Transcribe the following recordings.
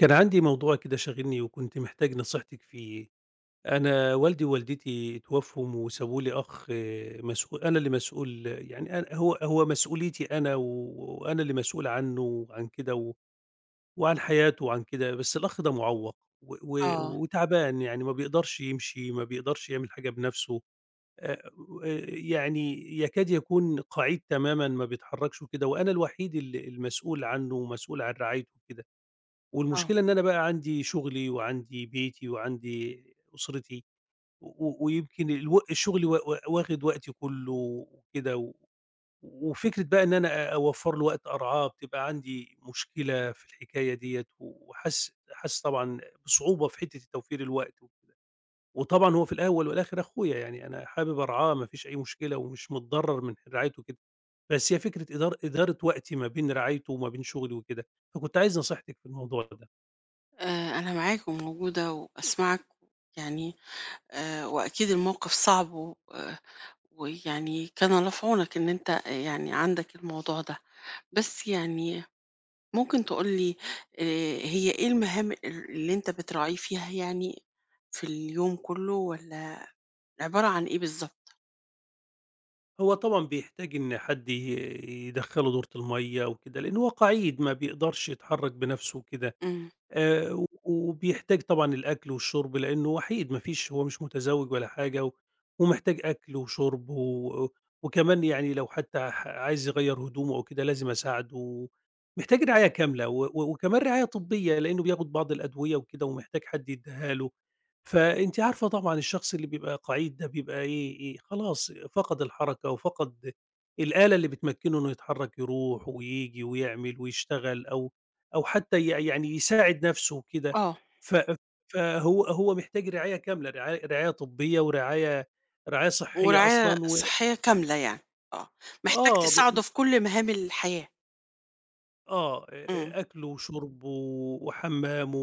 كان عندي موضوع كده شاغلني وكنت محتاج نصيحتك فيه. انا والدي ووالدتي اتوفوا وسابوا لي اخ، مسؤول انا اللي مسؤول، يعني أنا هو مسؤوليتي انا وانا اللي مسؤول عنه وعن كده، وعن حياته وعن كده. بس الاخ ده معوق آه. وتعبان، يعني ما بيقدرش يمشي، ما بيقدرش يعمل حاجة بنفسه. آه، آه، يعني يكاد يكون قاعد تماما ما بيتحركش وكده، وانا الوحيد المسؤول عنه ومسؤول عن رعايته وكده. آه. والمشكلة إن أنا بقى عندي شغلي وعندي بيتي وعندي أسرتي، و و ويمكن الو الشغل وا وا واخد وقتي كله وكده. وفكرة بقى إن أنا أوفّر له وقت أرعاه بتبقى عندي مشكلة في الحكاية ديّة، وحاسس طبعًا بصعوبة في حتّة توفير الوقت، وطبعًا هو في الأول والآخر أخويا، يعني أنا حابب أرعاه، ما فيش أي مشكلة ومش متضرّر من رعايته كده، بس هي فكرة إدارة وقتي ما بين رعايته وما بين شغلي وكده، فكنت عايز نصيحتِك في الموضوع ده. أنا معاك وموجودة وباسمعك. يعني وأكيد الموقف صعب، و آه، ويعني كان الله في عونك إن أنت، يعني عندك الموضوع ده. بس يعني ممكن تقول لي، آآ هي إيه المهام اللي أنت بتراعيه فيها؟ يعني في اليوم كله، والّا عبارة عن إيه بالضبط؟ هو طبعًا بيحتاج إن حد يدخّله دورة المَيّة وكده، لإن هو قَعيد ما بيقدرش يتحرّك بنَفْسه وكده. إمم. و وبيحتاج طبعًا الأكل والشرب، لإنه وحيد، ما فيش، هو مش متزوج ولا حاجة، و ومحتاج أكل وشرب، و وكمان يعني لو حتى عايز يغيّر هدومه أو كده لازم أساعده. محتاج رعاية كاملة، و و وكمان رعاية طبية لإنه بياخد بعض الأدوية وكده ومحتاج حد يدّيها له. فأنتِ عارفة طبعًا الشخص اللي بيبقى قعيد ده بيبقى إيه، خلاص فقد الحركة وفقد الآلة اللي بتمكنه إنه يتحرك يروح وييجي ويعمل ويشتغل، أو أو حتى ي يعني يساعد نَفْسه كده. آه. ف فهو محتاج رعاية كاملة، رعاية طبّية، ورعاية صحّية ورعاية أصلًا. و صحية كاملة يعني. آه. محتاج آه. ب تساعده في كل مهام الحياة. آه، إمم. أكله وشربه وحمامه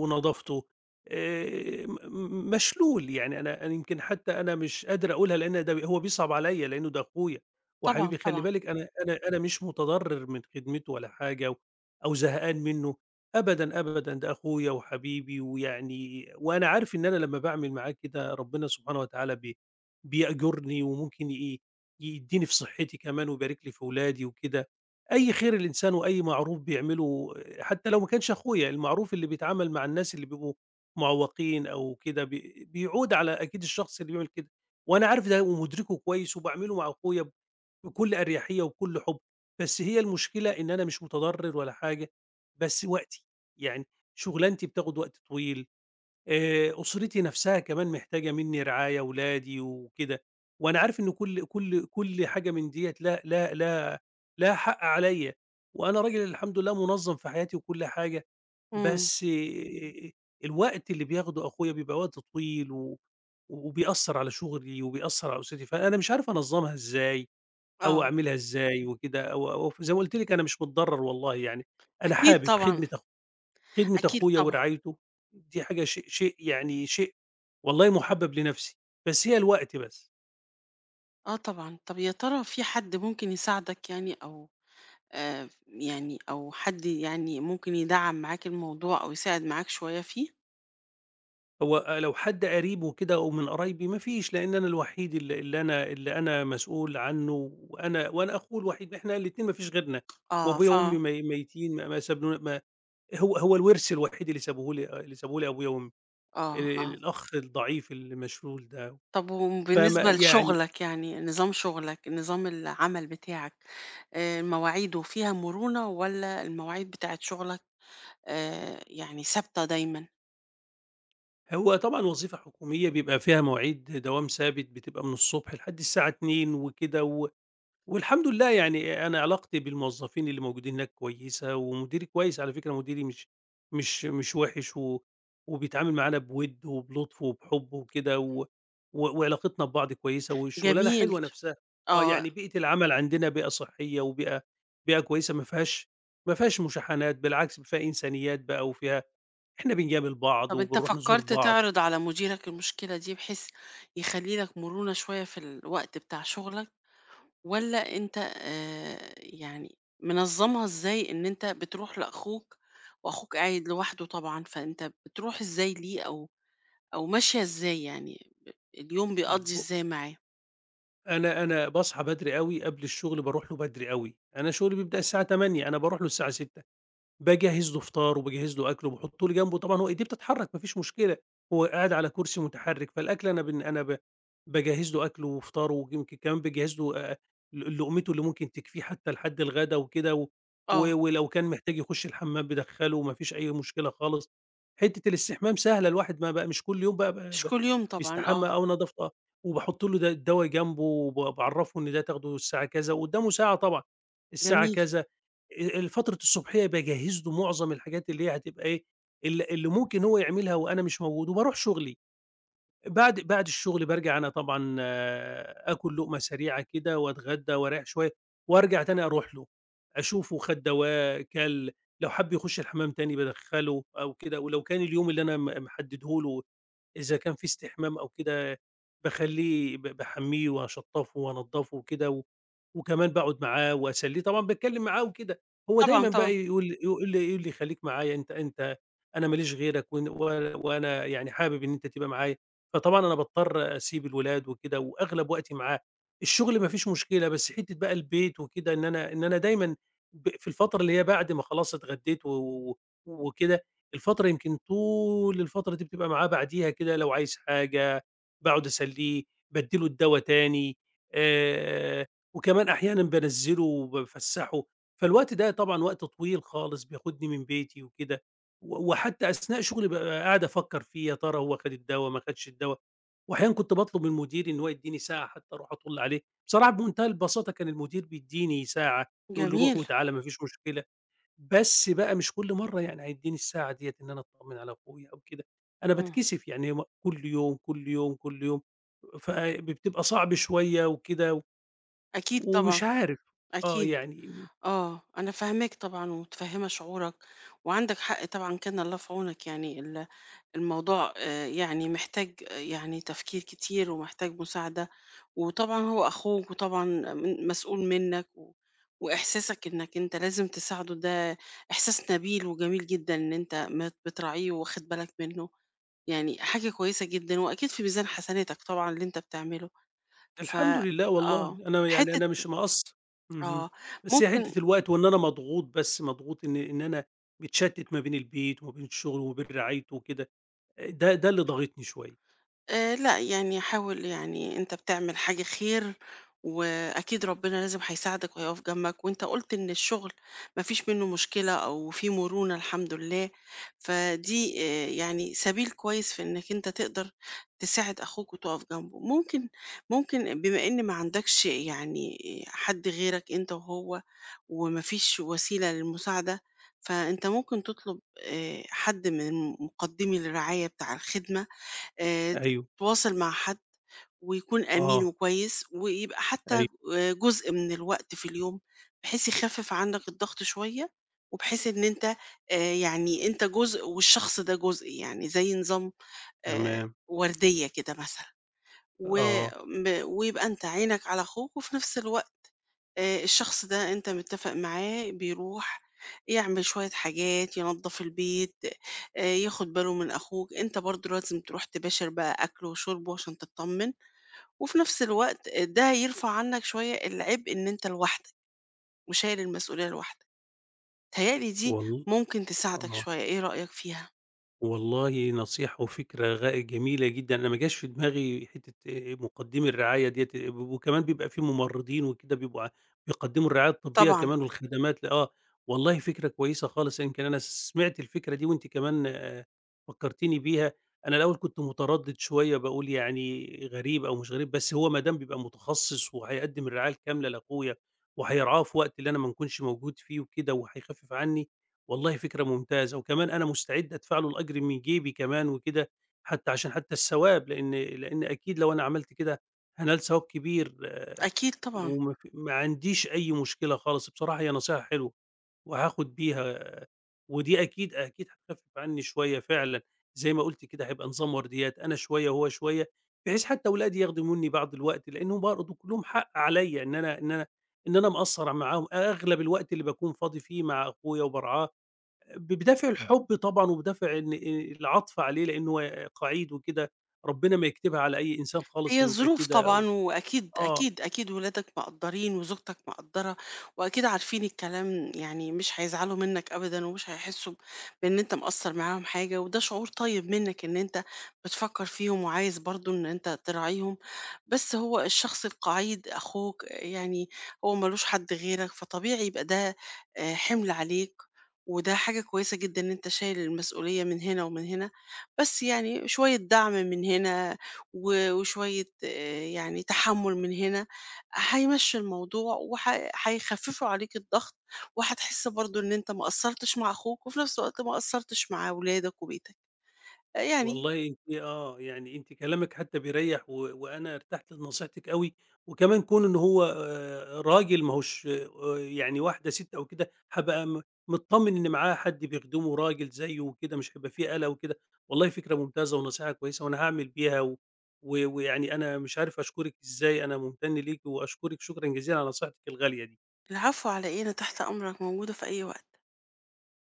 ونضافته. م م مشلول. يعني أنا يمكن حتى أنا مش قادر أقولها، لإن ده هو بيصعب عليّا لإنه ده أخويا طبعًا، وحبيبي. خلّي طبعًا. بالِك أنا مش متضرر من خدمته ولا حاجة، أو زهقان منه، أبدًا، أبدًا، ده أخويا وحبيبي. ويعني وأنا عارف إن أنا لمّا باعمل معاه كده ربنا سبحانه وتعالى بيأجرني، وممكن يدّيني في صحتي كمان، ويبارك لي في ولادي وكده. أي خير الإنسان وأي معروف بيعمله حتى لو ما كانش أخويا، المعروف اللي بيتعامل مع الناس اللي بيبقوا معوّقين أو كده بيعود على أكيد الشخص اللي بيعمل كده. وأنا عارف ده ومُدركه كويس، وباعمله مع أخويا بكل أريحية وبكل حُب. بس هي المشكلة إن أنا مش مُتضرّر ولا حاجة، بس وقتي، يعني شُغلانتي بتاخُد وقت طويل. أسرتي نفسها كمان محتاجة منّي رعاية، ولادي وكده. وأنا عارف إن كل حاجة من ديّة لها حق عليّا. وأنا راجل الحمد لله منظّم في حياتي وكل حاجة، إمم. بس الوقت اللي بياخده أخويا بيبقى وقت طويل، وبيأثّر على شغلي وبيأثّر على أسرتي، فأنا مش عارف أنظّمها إزاي أو آه. أعملها إزاي وكده، أو زي ما قُلت لِك أنا مش متضرّر والله. يعني أنا أكيد حابب طبعًا. خدمة أكيد أخويا طبعًا. ورعايته، دي حاجة شيء والله مُحبَّب لنَفْسي. بس هي الوقت بس. آه طبعًا. طب يا ترى في حد ممكن يساعدك يعني؟ أو يعني أو حد، يعني ممكن يدعّم معاك الموضوع أو يساعد معاك شوية فيه؟ هو لو حد قريب وكده أو من قرايبي، ما فيش، لإن أنا الوحيد ال اللي أنا اللي أنا مسؤول عنّه، وأنا أخوه الوحيد، إحنا الاتنين ما فيش غيرنا. آه. وأبويا وأمي ميتين، ما ما سابلو ما هو الورث الوحيد اللي سابوه لي، أبويا وأمي، آه. آه. الأخ الضعيف المشلول ده. طب فما وبالنسبة يعني، لشغلك يعني، نظام شغلك، نظام العمل بتاعك، مواعيده فيها مرونة؟ والّا المواعيد بتاعة شغلك يعني ثابتة دايمًا؟ هو طبعًا وظيفة حكومية بيبقى فيها مواعيد دوام ثابت، بتبقى من الصبح لحد الساعة 14:00 وكده. والحمد لله، يعني أنا علاقتي بالموظفين اللي موجودين هناك كويسة، ومديري كويس، على فكرة مديري مش وِحِش، و وبيتعامل معانا بود وبلطف وبحب وكده، و و وعلاقتنا ببعض كويسة، والشغلانة جميل. حلوة نفسها. آه، آه. يعني بيئة العمل عندنا بيئة صحية، وبيئة كويسة، ما فيهاش مشاحنات، بالعكس فيها إنسانيات بقى، وفيها، إحنا بنجامل بعض طب أنت وبنروح نزور فكرت بعض. تعرض على مديرك المشكلة دي، بحيث يخلّي لك مرونة شوية في الوقت بتاع شغلك؟ والّا أنت، يعني منظّمها إزاي إن أنت بتروح لأخوك وأخوك قاعد لوحده طبعًا؟ فأنت بتروح إزاي ليه؟ أو أو ماشية إزاي يعني، اليوم بيقضّي ب إزاي معاه؟ أنا باصحى بدري أوي، قبل الشغل باروح له بدري أوي، أنا شغلي بيبدأ الساعة 08:00، أنا باروح له الساعة 06:00. باجهّز له فطاره، باجهّز له أكله، باحط له جنبه، طبعًا هو إيديه بتتحرك ما فيش مشكلة، هو قاعد على كرسي متحرك. فالأكل أنا بن أنا ب باجهّز له أكله وفطاره، ويمكن كمان باجهّز له، ل لقمته اللي ممكن تكفيه حتى لحد الغدا وكده، آه. ولو كان محتاج يخش الحمام بادخّله، ما فيش أي مشكلة خالص. حتة الاستحمام سهلة، الواحد ما بقى مش كل يوم بقى ب مش ب كل يوم طبعًا. آه. بيستحمى أو نضافته. وباحط له الدوا جنبه، باعرّفه إن ده تاخده الساعة كذا، وقدامه ساعة طبعًا، الساعة جميل. كذا. فترة الصبحية باجهّز له معظم الحاجات اللي هي هتبقى إيه، اللي ممكن هو يعملها وأنا مش موجود، وباروح شغلي. بعد الشغل بارجع أنا طبعًا، آكل لقمة سريعة كده وأتغدّى وأريّح شوية، وأرجع تاني أروح له، أشوفه خَد دوا، كَل، لو حَب يخُش الحمام تاني بادخّله أو كده، ولو كان اليوم اللي أنا محدّده له إذا كان في استحمام أو كده، باخلّيه باحمّيه وأشطّفه وأنضّفه وكده، وكمان باقعد معاه وأسلّيه، طبعًا باتكلّم معاه وكده. هو طبعًا، دايمًا طبعًا. بقى يقول لي: خلّيك معايا، أنت أنا ما ليش غيرك، وإن و وأنا يعني حابب إن أنت تبقى معايا. فطبعًا أنا باضطر أسيب الولاد وكده، وأغلب وقتي معاه. الشغل ما فيش مشكلة، بس حتّة بقى البيت وكده، إن أنا دايمًا في الفترة اللي هي بعد ما خلاص اتغدّيت و و وكده، الفترة، يمكن طول الفترة دي بتبقى معاه، بعديها كده لو عايز حاجة باقعد أسلّيه، بادّي له الدوا تاني، آآ وكمان أحيانًا بانزّله وبافسّحه. فالوقت ده طبعًا وقت طويل خالص، بياخدني من بيتي وكده، وحتّى أثناء شغلي بابقى قاعد أفكّر فيه، يا ترى هو خَد الدوا ما خدش الدوا. وأحيانًا كنت باطلب من مديري إن هو يدّيني ساعة حتّى أروح أطُل عليه، بصراحة بمنتهى البساطة كان المدير بيدّيني ساعة، يقول لي: "روح جميل. وتعالَ ما فيش مشكلة." بس بقى مش كل مرّة يعني هيدّيني الساعة ديّة إن أنا أتطمّن على أخويا أو كده. أنا إمم. باتكسف، يعني كل يوم، كل يوم، كل يوم، فبتبقى صعب شوية وكده، أكيد طبعًا. ومش عارف. آه أكيد. يعني آه. أنا فاهماك طبعًا ومتفهمة شعورك، وعندك حق طبعًا. كان الله في عونك يعني، الموضوع يعني محتاج، يعني تفكير كتير ومحتاج مساعدة. وطبعًا هو أخوك وطبعًا مسؤول منك، وإحساسك إنك أنت لازم تساعده ده إحساس نبيل وجميل جدًا، إن أنت بتراعيه واخد بالك منه. يعني حاجة كويسة جدًا وأكيد في ميزان حسناتك طبعًا اللي أنت بتعمله. ف الحمد لله، والله آه، أنا، يعني حتة أنا مش مقصّر. اهم، آه، بس هي ممكن حتّة الوقت، وإن أنا مضغوط، بس مضغوط إن أنا متشتّت ما بين البيت وما بين الشغل وما بين رعايته وكده، ده اللي ضاغطني شوية. لأ، يعني حاول. يعني أنت بتعمل حاجة خير، وأكيد ربنا لازم هيساعدك وهيقف جنبك. وأنت قُلت إن الشغل ما فيش منّه مشكلة أو في مرونة الحمد لله، فدي يعني سبيل كويس في إنّك أنت تقدر تساعد أخوك وتقف جنبه. ممكن بما إن ما عندكش يعني حد غيرك أنت وهو، وما فيش وسيلة للمساعدة، فأنت ممكن تطلب حد من مقدّمي الرعاية بتاع الخدمة، آآ أيوه. تتواصل مع حد ويكون أمين آه. وكويس، ويبقى حتى أيوه. جزء من الوقت في اليوم، بحيث يخفف عنك الضغط شوية، وبحيث إن أنت، يعني أنت جزء والشخص ده جزء، يعني زي نظام آآ تمام. وردية كده مثلًا، و آه. م ويبقى أنت عينك على أخوك، وفي نفس الوقت الشخص ده أنت متّفق معاه بيروح يعمل شوية حاجات، ينضّف البيت، ياخد باله من أخوك. أنت برضه لازم تروح تباشر بقى أكله وشربه عشان تطّمن، وفي نفس الوقت ده هيرفع عنّك شوية العبء إن أنت لوحدك وشايل المسؤولية لوحدك. متهيأ لي دي والل ممكن تساعدك آه. شوية، إيه رأيك فيها؟ والله نصيحة وفكرة جميلة جدًا، أنا ما جاش في دماغي حتّة مُقدّمي الرعاية ديّة، وكمان بيبقى في ممرّضين وكده، بيبقوا بيقدّموا الرعاية الطبّية طبعًا، كمان والخدمات، ل آه، والله فكرة كويسة خالص. يمكن أنا سمعت الفكرة دي، وأنتِ كمان فكّرتيني بيها. أنا الأول كنت متردّد شوية، باقول يعني غريب أو مش غريب، بس هو ما دام بيبقى متخصّص وهيقدّم الرعاية الكاملة لأخويا، وهيرعاه في وقت اللي أنا ما نكونش موجود فيه وكده، وهيخفّف عنّي. والله فكرة ممتازة. وكمان أنا مستعد أدفع له الأجر من جيبي كمان وكده، حتى عشان حتى الثواب، لإن أكيد لو أنا عملت كده هانال ثواب كبير. أكيد طبعًا. وما ما عنديش أي مشكلة خالص. بصراحة هي نصيحة حلوة، وهاخد بيها. آه، ودي أكيد، أكيد هتخفف عني شوية فعلًا. زي ما قُلتِ كده هيبقى نظام ورديات، أنا شوية وهو شوية، بحيث حتى ولادي ياخدوا مني بعض الوقت، لإنهم برضه كلّهم حق عليَّ، إن أنا مقصّر معاهم، أغلب الوقت اللي باكون فاضي فيه مع أخويا وبارعاه بدافع الحب طبعًا، وبدافع إن العطف عليه لإن هو قَعيد وكده، ربنا ما يكتبها على أي إنسان خالص هي إنه يبقى الظروف كده. و طبعًا، وأكيد آه. أكيد أكيد ولادك مقدّرين وزوجتك مقدّرة، وأكيد عارفين الكلام. يعني مش هيزعلوا منّك أبدًا، ومش هيحسّوا بإن أنت مقصّر معاهم حاجة، وده شعور طيب منّك إن أنت بتفكّر فيهم وعايز برضه إن أنت تراعيهم. بس هو الشخص القَعيد أخوك، يعني هو ما لوش حد غيرك، فطبيعي يبقى ده حِمل عليك. وده حاجة كويسة جدًا إن أنت شايل المسؤولية من هنا ومن هنا. بس يعني شوية دعم من هنا وشوية، يعني تحمل من هنا هيمشي الموضوع، وهيخففوا عليك الضغط، وهتحس برضو ان انت ما قصرتش مع اخوك، وفي نفس الوقت ما قصرتش مع اولادك وبيتك. آه. يعني والله أنتِ، يعني أنتِ كلامِك حتى بيريّح، وأنا ارتحت لنصيحتِك أوي. وكمان كون إن هو راجل، ما هوش يعني واحدة ست أو كده، هابقى متطمن إن معاه حد بيخدمه راجل زيه وكده، مش هيبقى في قلق وكده. والله فكرة ممتازة ونصيحة كويسة، وأنا هاعمل بيها. و و ويعني أنا مش عارف أشكرِك إزاي، أنا ممتن ليكِ وأشكرِك شكرًا جزيلًا على نصيحتِك الغالية دي. العفو. على ايه؟ انا تحت امرك، موجودة في اي وقت.